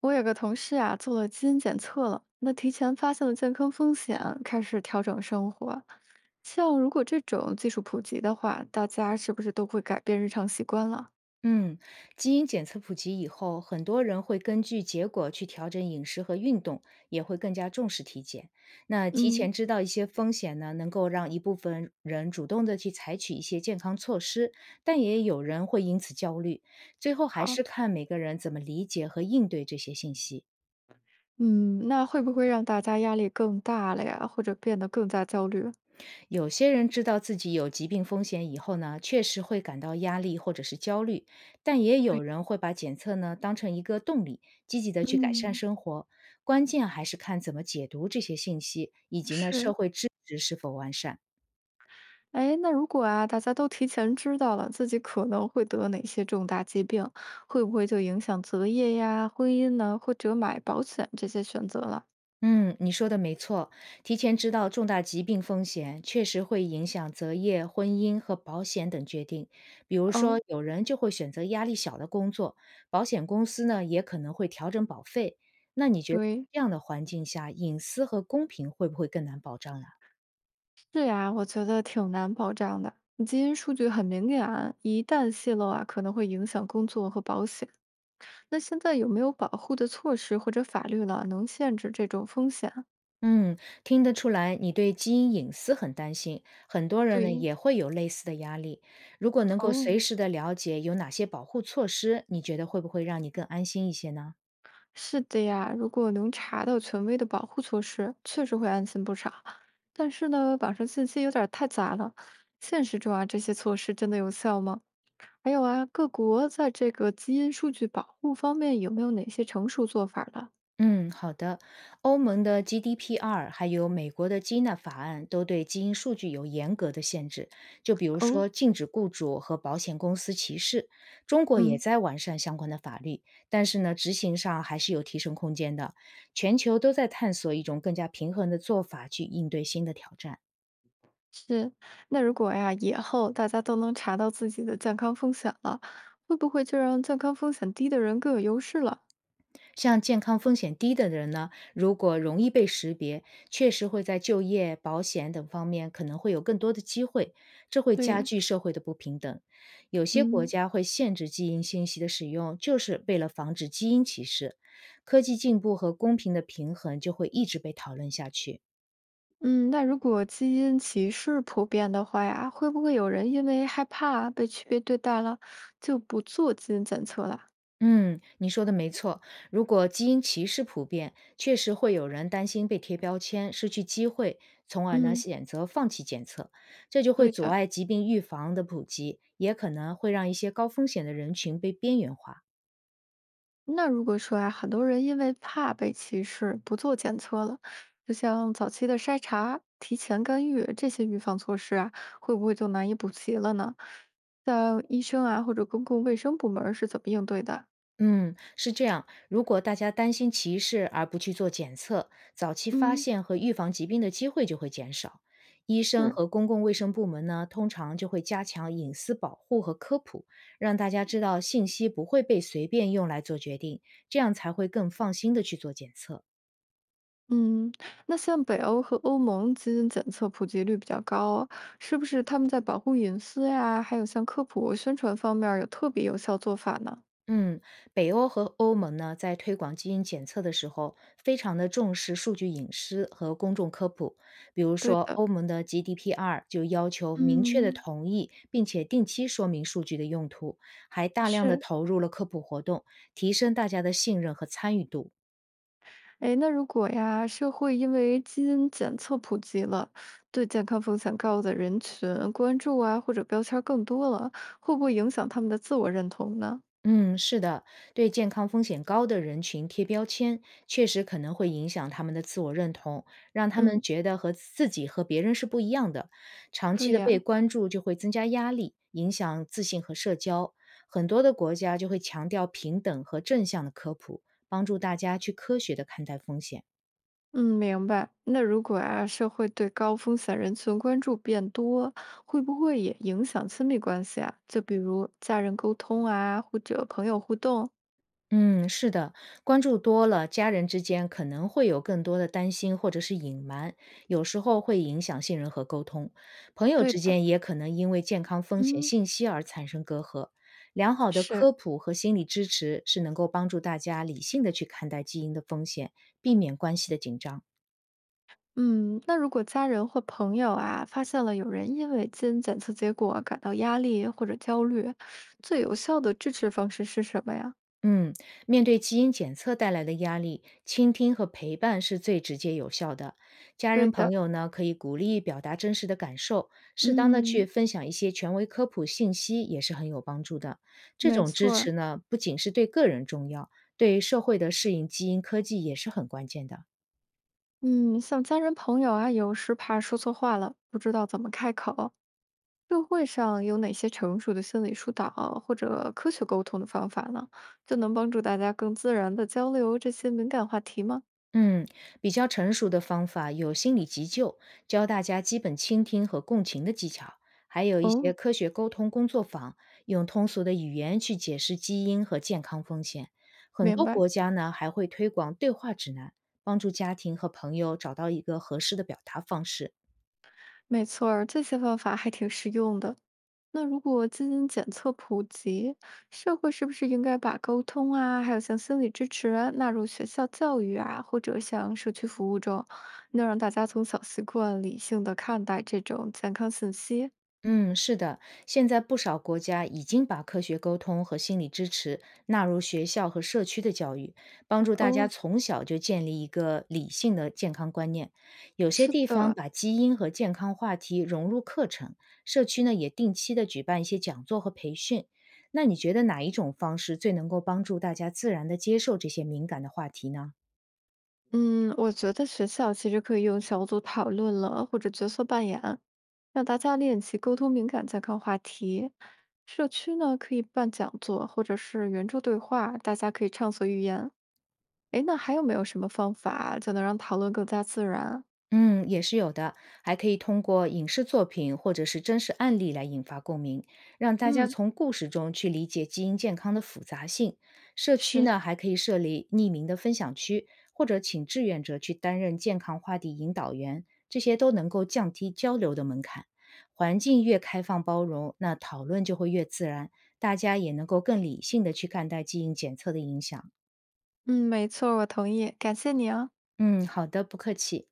我有个同事啊，做了基因检测了，那提前发现了健康风险，开始调整生活。像如果这种技术普及的话，大家是不是都会改变日常习惯了？嗯，基因检测普及以后，很多人会根据结果去调整饮食和运动，也会更加重视体检。那提前嗯，知道一些风险呢，能够让一部分人主动的去采取一些健康措施，但也有人会因此焦虑。最后还好，是看每个人怎么理解和应对这些信息。嗯，那会不会让大家压力更大了呀，或者变得更加焦虑？有些人知道自己有疾病风险以后呢，确实会感到压力或者是焦虑，但也对，有人会把检测呢当成一个动力，积极的去改善嗯，生活。关键还是看怎么解读这些信息，以及呢社是，会支持是否完善。哎，那如果啊，大家都提前知道了自己可能会得哪些重大疾病，会不会就影响择业呀、婚姻呢，或者买保险这些选择了？嗯，你说的没错，提前知道重大疾病风险，确实会影响择业、婚姻和保险等决定。比如说，哦。有人就会选择压力小的工作，保险公司呢也可能会调整保费。那你觉得对，这样的环境下，隐私和公平会不会更难保障了？是呀，我觉得挺难保障的。基因数据很敏感，一旦泄露啊，可能会影响工作和保险。那现在有没有保护的措施或者法律了，能限制这种风险？嗯，听得出来你对基因隐私很担心，很多人呢对，也会有类似的压力。如果能够随哦，时的了解有哪些保护措施，你觉得会不会让你更安心一些呢？是的呀。如果能查到权威的保护措施，确实会安心不少。但是呢，网上信息有点儿太杂了，现实中啊，这些措施真的有效吗？还有啊，各国在这个基因数据保护方面有没有哪些成熟做法了？嗯，好的。欧盟的 GDPR 还有美国的基纳法案都对基因数据有严格的限制，就比如哦，说禁止雇主和保险公司歧视。中国也嗯。在完善相关的法律，但是呢，执行上还是有提升空间的。全球都在探索一种更加平衡的做法去应对新的挑战。是，那如果呀，以后大家都能查到自己的健康风险了，会不会就让健康风险低的人更有优势了？像健康风险低的人呢，如果容易被识别，确实会在就业、保险等方面可能会有更多的机会，这会加对，剧社会的不平等。有些国嗯家会限制基因信息的使用，就是为了防止基因歧视。科技进步和公平的平衡就会一直被讨论下去。嗯，那如果基因歧视普遍的话呀，会不会有人因为害怕被区别对待了，就不做基因检测了？嗯，你说的没错。如果基因歧视普遍，确实会有人担心被贴标签、失去机会，从而呢嗯，选择放弃检测，这就会对阻的。碍疾病预防的普及，也可能会让一些高风险的人群被边缘化。那如果说啊，很多人因为怕被歧视，不做检测了，就像早期的筛查、提前干预这些预防措施啊，会不会就难以补齐了呢？像医生啊，或者公共卫生部门儿是怎么应对的？嗯，是这样。如果大家担心歧视而不去做检测，早期发嗯，现和预防疾病的机会就会减少。医生是。和公共卫生部门呢，通常就会加强隐私保护和科普，让大家知道信息不会被随便用来做决定，这样才会更放心的去做检测。嗯，那像北欧和欧盟基因检测普及率比较高啊，是不是他们在保护隐私呀，还有像科普宣传方面儿有特别有效做法呢？嗯，北欧和欧盟呢，在推广基因检测的时候，非常的重视数据隐私和公众科普。比如对说，的，欧盟的 GDPR 就要求明确的嗯，同意，并且定期说明数据的用途，还大量的是。投入了科普活动，提升大家的信任和参与度。哎，那如果呀，社会因为基因检测普及了，对健康风险高的人群关注啊，或者标签儿更多了，会不会影响他们的自我认同呢？嗯，是的，对健康风险高的人群贴标签，确实可能会影响他们的自我认同，让他们嗯，觉得和自己和别人是不一样的。长期对的被呀，关注就会增加压力，影响自信和社交。很多的国家就会强调平等和正向的科普，帮助大家去科学的看待风险。嗯，明白。那如果啊，社会对高风险人群关注变多，会不会也影响亲密关系啊？就比如家人沟通啊，或者朋友互动？嗯，是的，关注多了，家人之间可能会有更多的担心或者是隐瞒，有时候会影响信任和沟通。朋友对之的，间也可能因为健康风险嗯，信息而产生隔阂。良好的是。科普和心理支持是能够帮助大家理性的去看待基因的风险，避免关系的紧张。嗯，那如果家人或朋友啊，发现了有人因为基因检测结果感到压力或者焦虑，最有效的支持方式是什么呀？嗯，面对基因检测带来的压力，倾听和陪伴是最直接有效的。家对人朋的，友呢，可以鼓励表达真实的感受，适当的去嗯，分享一些权威科普信息也是很有帮助的。这没种支错儿持呢，不仅是对个人重要，对社会的适应基因科技也是很关键的。嗯，像家人朋友啊，有时怕说错话了，不知道怎么开口，社会上有哪些成熟的心理疏导或者科学沟通的方法呢？就能帮助大家更自然的交流这些敏感话题吗？嗯，比较成熟的方法有心理急救，教大家基本倾听和共情的技巧，还有一些哦，科学沟通工作坊，用通俗的语言去解释基因和健康风险。很明多白。国家呢还会推广对话指南，帮助家庭和朋友找到一个合适的表达方式。没错儿，这些方法还挺实用的。那如果基因检测普及，社会是不是应该把沟通啊，还有像心理支持啊纳入学校教育啊，或者像社区服务中，那让大家从小习惯理性的看待这种健康信息？嗯，是的，现在不少国家已经把科学沟通和心理支持纳入学校和社区的教育，帮助大家哦，从小就建立一个理性的健康观念。有些是地方的，把基因和健康话题融入课程，社区呢也定期的举办一些讲座和培训。那你觉得哪一种方式最能够帮助大家自然的接受这些敏感的话题呢？嗯，我觉得学校其实可以用小组讨论了，或者角色扮演，让大家练习沟通敏感健康话题。社区呢，可以办讲座或者是圆桌对话，大家可以畅所欲言。诶，那还有没有什么方法就能让讨论更加自然？嗯，也是有的，还可以通过影视作品或者是真实案例来引发共鸣，让大家嗯，从故事中去理解基因健康的复杂性。社区是，呢，还可以设立匿名的分享区，或者请志愿者去担任健康话题引导员，这些都能够降低交流的门槛。环境越开放包容，那讨论就会越自然，大家也能够更理性的去看待基因检测的影响。嗯，没错，我同意，感谢你啊。嗯，好的，不客气。